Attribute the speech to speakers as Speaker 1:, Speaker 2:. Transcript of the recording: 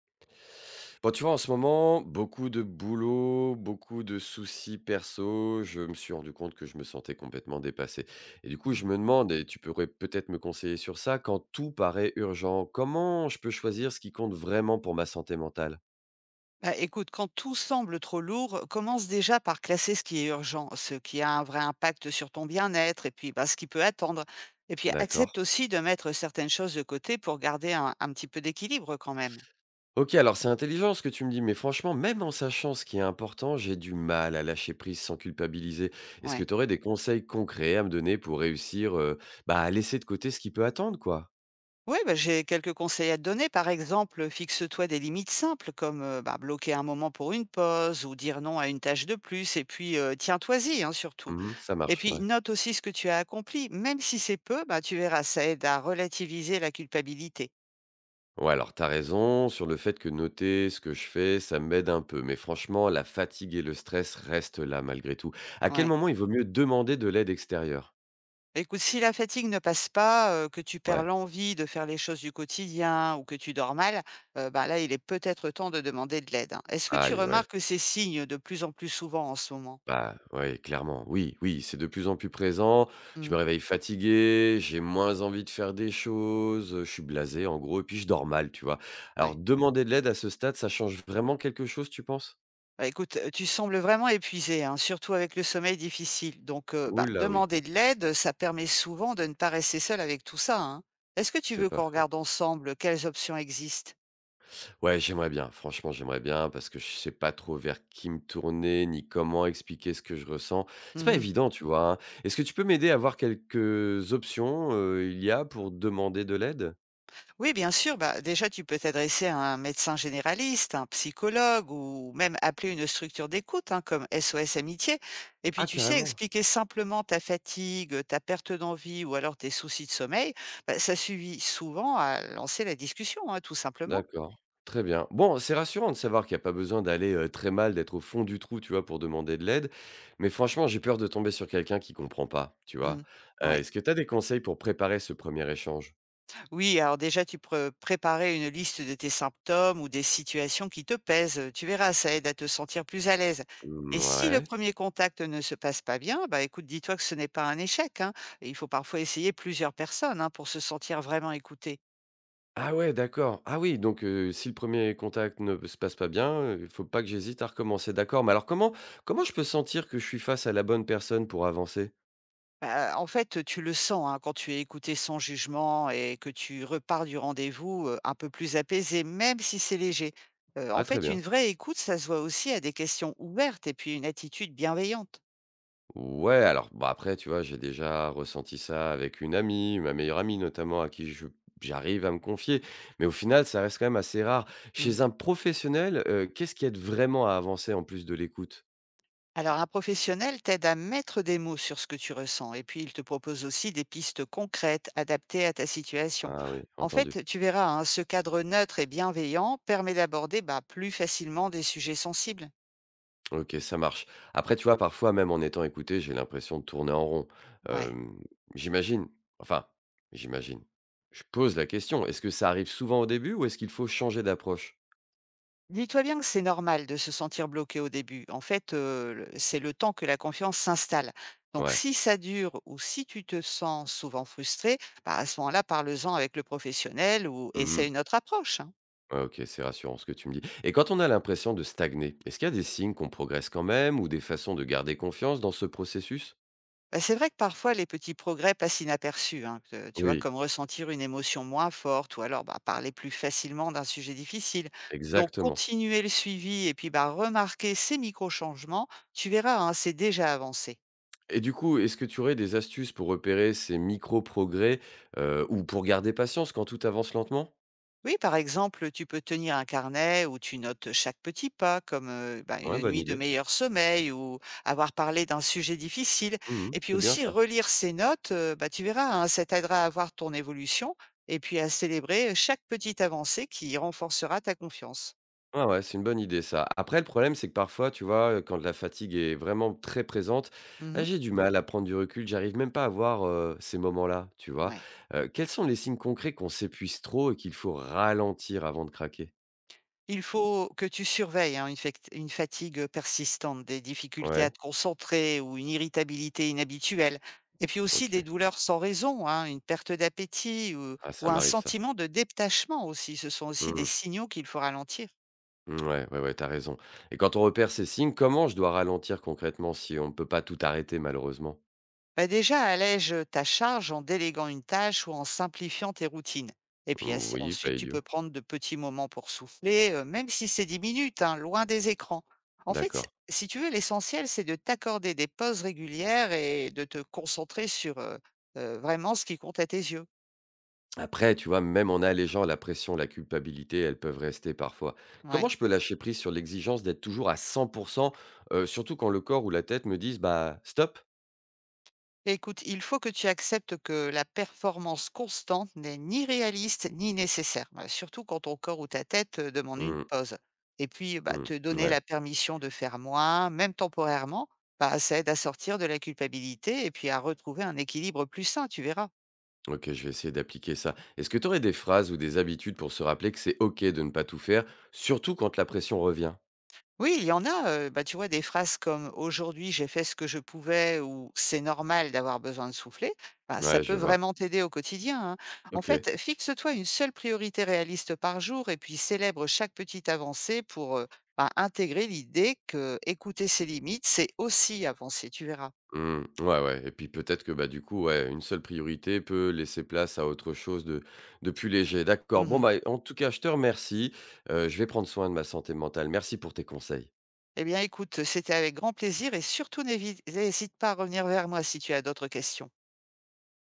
Speaker 1: Bon, tu vois, en ce moment, beaucoup de boulot, beaucoup de soucis perso. Je me suis rendu compte que je me sentais complètement dépassé. Et du coup,
Speaker 2: Mmh.
Speaker 1: je me demande, et tu pourrais peut-être me conseiller sur ça, quand tout paraît urgent, comment je peux choisir ce qui compte vraiment pour ma santé mentale?
Speaker 2: Bah, écoute, quand tout semble trop lourd, commence déjà par classer ce qui est urgent, ce qui a un vrai impact sur ton bien-être et puis bah, ce qui peut attendre. Et puis
Speaker 1: D'accord.
Speaker 2: accepte aussi de mettre certaines choses de côté pour garder un petit peu d'équilibre quand même.
Speaker 1: Ok, alors c'est intelligent ce que tu me dis, mais franchement, même en sachant ce qui est important, j'ai du mal à lâcher prise sans culpabiliser. Est-ce que
Speaker 2: Ouais.
Speaker 1: tu aurais des conseils concrets à me donner pour réussir, bah, à laisser de côté ce qui peut attendre, quoi?
Speaker 2: Oui, bah, j'ai quelques conseils à te donner. Par exemple, fixe-toi des limites simples comme bah, bloquer un moment pour une pause ou dire non à une tâche de plus. Et puis, tiens-toi-y hein, surtout.
Speaker 1: Mhm, ça
Speaker 2: Et
Speaker 1: marche,
Speaker 2: puis,
Speaker 1: ouais.
Speaker 2: note aussi ce que tu as accompli. Même si c'est peu, bah, tu verras, ça aide à relativiser la culpabilité.
Speaker 1: Ouais, alors t'as raison sur le fait que noter ce que je fais, ça m'aide un peu. Mais franchement, la fatigue et le stress restent là malgré tout. À quel
Speaker 2: Ouais.
Speaker 1: moment il vaut mieux demander de l'aide extérieure?
Speaker 2: Écoute, si la fatigue ne passe pas, que tu perds
Speaker 1: Ouais.
Speaker 2: l'envie de faire les choses du quotidien ou que tu dors mal, bah, là, il est peut-être temps de demander de l'aide, hein. Est-ce que tu
Speaker 1: Aïe, ouais.
Speaker 2: remarques ces signes de plus en plus souvent en ce moment?
Speaker 1: Bah, ouais, clairement. Oui, oui, c'est de plus en plus présent. Je
Speaker 2: Hmm,
Speaker 1: me réveille fatigué, j'ai moins envie de faire des choses, je suis blasé en gros, et puis je dors mal, tu vois. Alors,
Speaker 2: ouais.
Speaker 1: demander de l'aide à ce stade, ça change vraiment quelque chose, tu penses?
Speaker 2: Bah, écoute, tu sembles vraiment épuisé, hein, surtout avec le sommeil difficile. Donc, bah,
Speaker 1: Oula, oui,
Speaker 2: demander de l'aide, ça permet souvent de ne pas rester seul avec tout ça, hein. Est-ce que tu
Speaker 1: c'est
Speaker 2: veux
Speaker 1: pas
Speaker 2: qu'on
Speaker 1: faux.
Speaker 2: regarde ensemble quelles options existent?
Speaker 1: Ouais, j'aimerais bien. Franchement, j'aimerais bien parce que je sais pas trop vers qui me tourner, ni comment expliquer ce que je ressens. C'est pas
Speaker 2: Mmh.
Speaker 1: évident, tu vois, hein. Est-ce que tu peux m'aider à voir quelques options, il y a pour demander de l'aide?
Speaker 2: Oui, bien sûr, bah, déjà, tu peux t'adresser à un médecin généraliste, un psychologue ou même appeler une structure d'écoute, hein, comme SOS Amitié. Et puis,
Speaker 1: Ah
Speaker 2: tu sais,
Speaker 1: carrément?
Speaker 2: expliquer simplement ta fatigue, ta perte d'envie ou alors tes soucis de sommeil, bah, ça suffit souvent à lancer la discussion, hein, tout simplement.
Speaker 1: D'accord, très bien. Bon, c'est rassurant de savoir qu'il y a pas besoin d'aller, très mal, d'être au fond du trou, tu vois, pour demander de l'aide. Mais franchement, j'ai peur de tomber sur quelqu'un qui comprend pas, tu
Speaker 2: Mmh.
Speaker 1: vois?
Speaker 2: Ouais.
Speaker 1: Est-ce que tu as des conseils pour préparer ce premier échange?
Speaker 2: Oui, alors déjà, tu peux préparer une liste de tes symptômes ou des situations qui te pèsent. Tu verras, ça aide à te sentir plus à l'aise. Et
Speaker 1: Mmh,
Speaker 2: si le
Speaker 1: ouais.
Speaker 2: premier contact ne se passe pas bien, bah écoute, dis-toi que ce n'est pas un échec, hein. Et il faut parfois essayer plusieurs personnes hein, pour se sentir vraiment écouté.
Speaker 1: Ah ouais, d'accord. Ah oui, donc si le premier contact ne se passe pas bien, il faut pas que j'hésite à recommencer, d'accord. Mais alors comment je peux sentir que je suis face à la bonne personne pour avancer?
Speaker 2: Bah, en fait, tu le sens hein, quand tu es écouté sans jugement et que tu repars du rendez-vous un peu plus apaisé, même si c'est léger. En
Speaker 1: Ah très
Speaker 2: fait, une
Speaker 1: bien.
Speaker 2: vraie écoute, ça se voit aussi à des questions ouvertes et puis une attitude bienveillante.
Speaker 1: Ouais, alors, bah, après, tu vois, j'ai déjà ressenti ça avec une amie, ma meilleure amie notamment, à qui je j'arrive à me confier. Mais au final, ça reste quand même assez rare.
Speaker 2: Mm.
Speaker 1: Chez un professionnel, qu'est-ce qui aide vraiment à avancer en plus de l'écoute?
Speaker 2: Alors, un professionnel t'aide à mettre des mots sur ce que tu ressens et puis il te propose aussi des pistes concrètes adaptées à ta situation.
Speaker 1: Ah oui,
Speaker 2: En
Speaker 1: entendu.
Speaker 2: fait, tu verras, hein, ce cadre neutre et bienveillant permet d'aborder bah, plus facilement des sujets sensibles.
Speaker 1: OK, ça marche. Après, tu vois, parfois, même en étant écouté, j'ai l'impression de tourner en rond.
Speaker 2: Ouais.
Speaker 1: Hem, j'imagine, enfin, j'imagine, je pose la question, est-ce que ça arrive souvent au début ou est-ce qu'il faut changer d'approche?
Speaker 2: Dis-toi bien que c'est normal de se sentir bloqué au début. En fait, c'est le temps que la confiance s'installe. Donc,
Speaker 1: Ouais.
Speaker 2: si ça dure ou si tu te sens souvent frustré, bah, à ce moment-là, parle-en avec le professionnel ou essaie
Speaker 1: Mmh.
Speaker 2: une autre approche, hein.
Speaker 1: Ouais, OK, c'est rassurant ce que tu me dis et quand on a l'impression de stagner, est-ce qu'il y a des signes qu'on progresse quand même ou des façons de garder confiance dans ce processus?
Speaker 2: Bah, c'est vrai que parfois les petits progrès passent inaperçus, hein, tu vois,
Speaker 1: Oui,
Speaker 2: comme ressentir une émotion moins forte ou alors bah, parler plus facilement d'un sujet difficile. Donc
Speaker 1: exactement.
Speaker 2: continuer le suivi et puis bah, remarquer ces micro-changements, tu verras, hein, c'est déjà avancé.
Speaker 1: Et du coup, est-ce que tu aurais des astuces pour repérer ces micro progrès, ou pour garder patience quand tout avance lentement?
Speaker 2: Oui, par exemple, tu peux tenir un carnet où tu notes chaque petit pas, comme bah,
Speaker 1: Ouais,
Speaker 2: une
Speaker 1: bonne
Speaker 2: nuit de
Speaker 1: idée.
Speaker 2: meilleur sommeil ou avoir parlé d'un sujet difficile.
Speaker 1: Mmh mh.
Speaker 2: Et puis
Speaker 1: C'est bien
Speaker 2: aussi
Speaker 1: ça.
Speaker 2: relire ces notes, bah, tu verras, hein, ça t'aidera à voir ton évolution et puis à célébrer chaque petite avancée qui renforcera ta confiance.
Speaker 1: Ouais, ouais, c'est une bonne idée ça. Après le problème, c'est que parfois, tu vois, quand la fatigue est vraiment très présente,
Speaker 2: Mhm.
Speaker 1: ah, j'ai du mal à prendre du recul, j'arrive même pas à voir, ces moments-là, tu vois?
Speaker 2: Ouais.
Speaker 1: Quels sont les signes concrets qu'on s'épuise trop et qu'il faut ralentir avant de craquer?
Speaker 2: Il faut que tu surveilles, hein, une fatigue persistante, des difficultés à
Speaker 1: Ouais,
Speaker 2: te concentrer ou une irritabilité inhabituelle et puis aussi des
Speaker 1: OK.
Speaker 2: douleurs sans raison, hein, une perte d'appétit
Speaker 1: Ah,
Speaker 2: ou
Speaker 1: ça
Speaker 2: un
Speaker 1: m'arrive ça.
Speaker 2: sentiment de détachement aussi. Ce sont aussi
Speaker 1: Mmh
Speaker 2: des
Speaker 1: mh.
Speaker 2: signaux qu'il faut ralentir.
Speaker 1: Mmh, ouais, ouais, ouais, tu as raison. Et quand on repère ces signes, comment je dois ralentir concrètement si on peut pas tout arrêter malheureusement?
Speaker 2: Bah déjà, allège ta charge en déléguant une tâche ou en simplifiant tes routines. Et puis
Speaker 1: Mmh, oui, pas
Speaker 2: ensuite, tu peux
Speaker 1: idiot.
Speaker 2: prendre de petits moments pour souffler, même si c'est 10 minutes, hein, loin des écrans. En fait,
Speaker 1: D'accord.
Speaker 2: si tu veux, l'essentiel, c'est de t'accorder des pauses régulières et de te concentrer sur vraiment ce qui compte à tes yeux.
Speaker 1: Après, tu vois, même en allégeant la pression, la culpabilité, elles peuvent rester parfois. Comment
Speaker 2: Ouais.
Speaker 1: je peux lâcher prise sur l'exigence d'être toujours à 100%, surtout quand le corps ou la tête me disent, bah, stop.
Speaker 2: Écoute, il faut que tu acceptes que la performance constante n'est ni réaliste ni nécessaire, bah, surtout quand ton corps ou ta tête demande une
Speaker 1: Hum,
Speaker 2: pause. Et puis, bah,
Speaker 1: hum,
Speaker 2: te donner la
Speaker 1: Ouais,
Speaker 2: permission de faire moins, même temporairement, bah, ça aide à sortir de la culpabilité et puis à retrouver un équilibre plus sain, tu verras.
Speaker 1: ok, je vais essayer d'appliquer ça. Est-ce que tu aurais des phrases ou des habitudes pour se rappeler que c'est ok de ne pas tout faire, surtout quand la pression revient?
Speaker 2: Oui, il y en a, bah, tu vois, des phrases comme: «Aujourd'hui, j'ai fait ce que je pouvais» ou «C'est normal d'avoir besoin de souffler», bah, ça
Speaker 1: Ouais,
Speaker 2: peut
Speaker 1: je vois.
Speaker 2: vraiment t'aider au quotidien, hein. En
Speaker 1: Ok.
Speaker 2: fait, fixe-toi une seule priorité réaliste par jour et puis célèbre chaque petite avancée pour, bah, intégrer l'idée que écouter ses limites, c'est aussi avancer, tu verras.
Speaker 1: Mmh. Ouais, ouais et puis peut-être que, bah, du coup, ouais, une seule priorité peut laisser place à autre chose de plus léger. D'accord. Bon,
Speaker 2: Mmh.
Speaker 1: bah, en tout cas, je te remercie, je vais prendre soin de ma santé mentale. Merci pour tes conseils.
Speaker 2: Eh bien écoute, c'était avec grand plaisir et surtout n'hésite pas à revenir vers moi si tu as d'autres questions.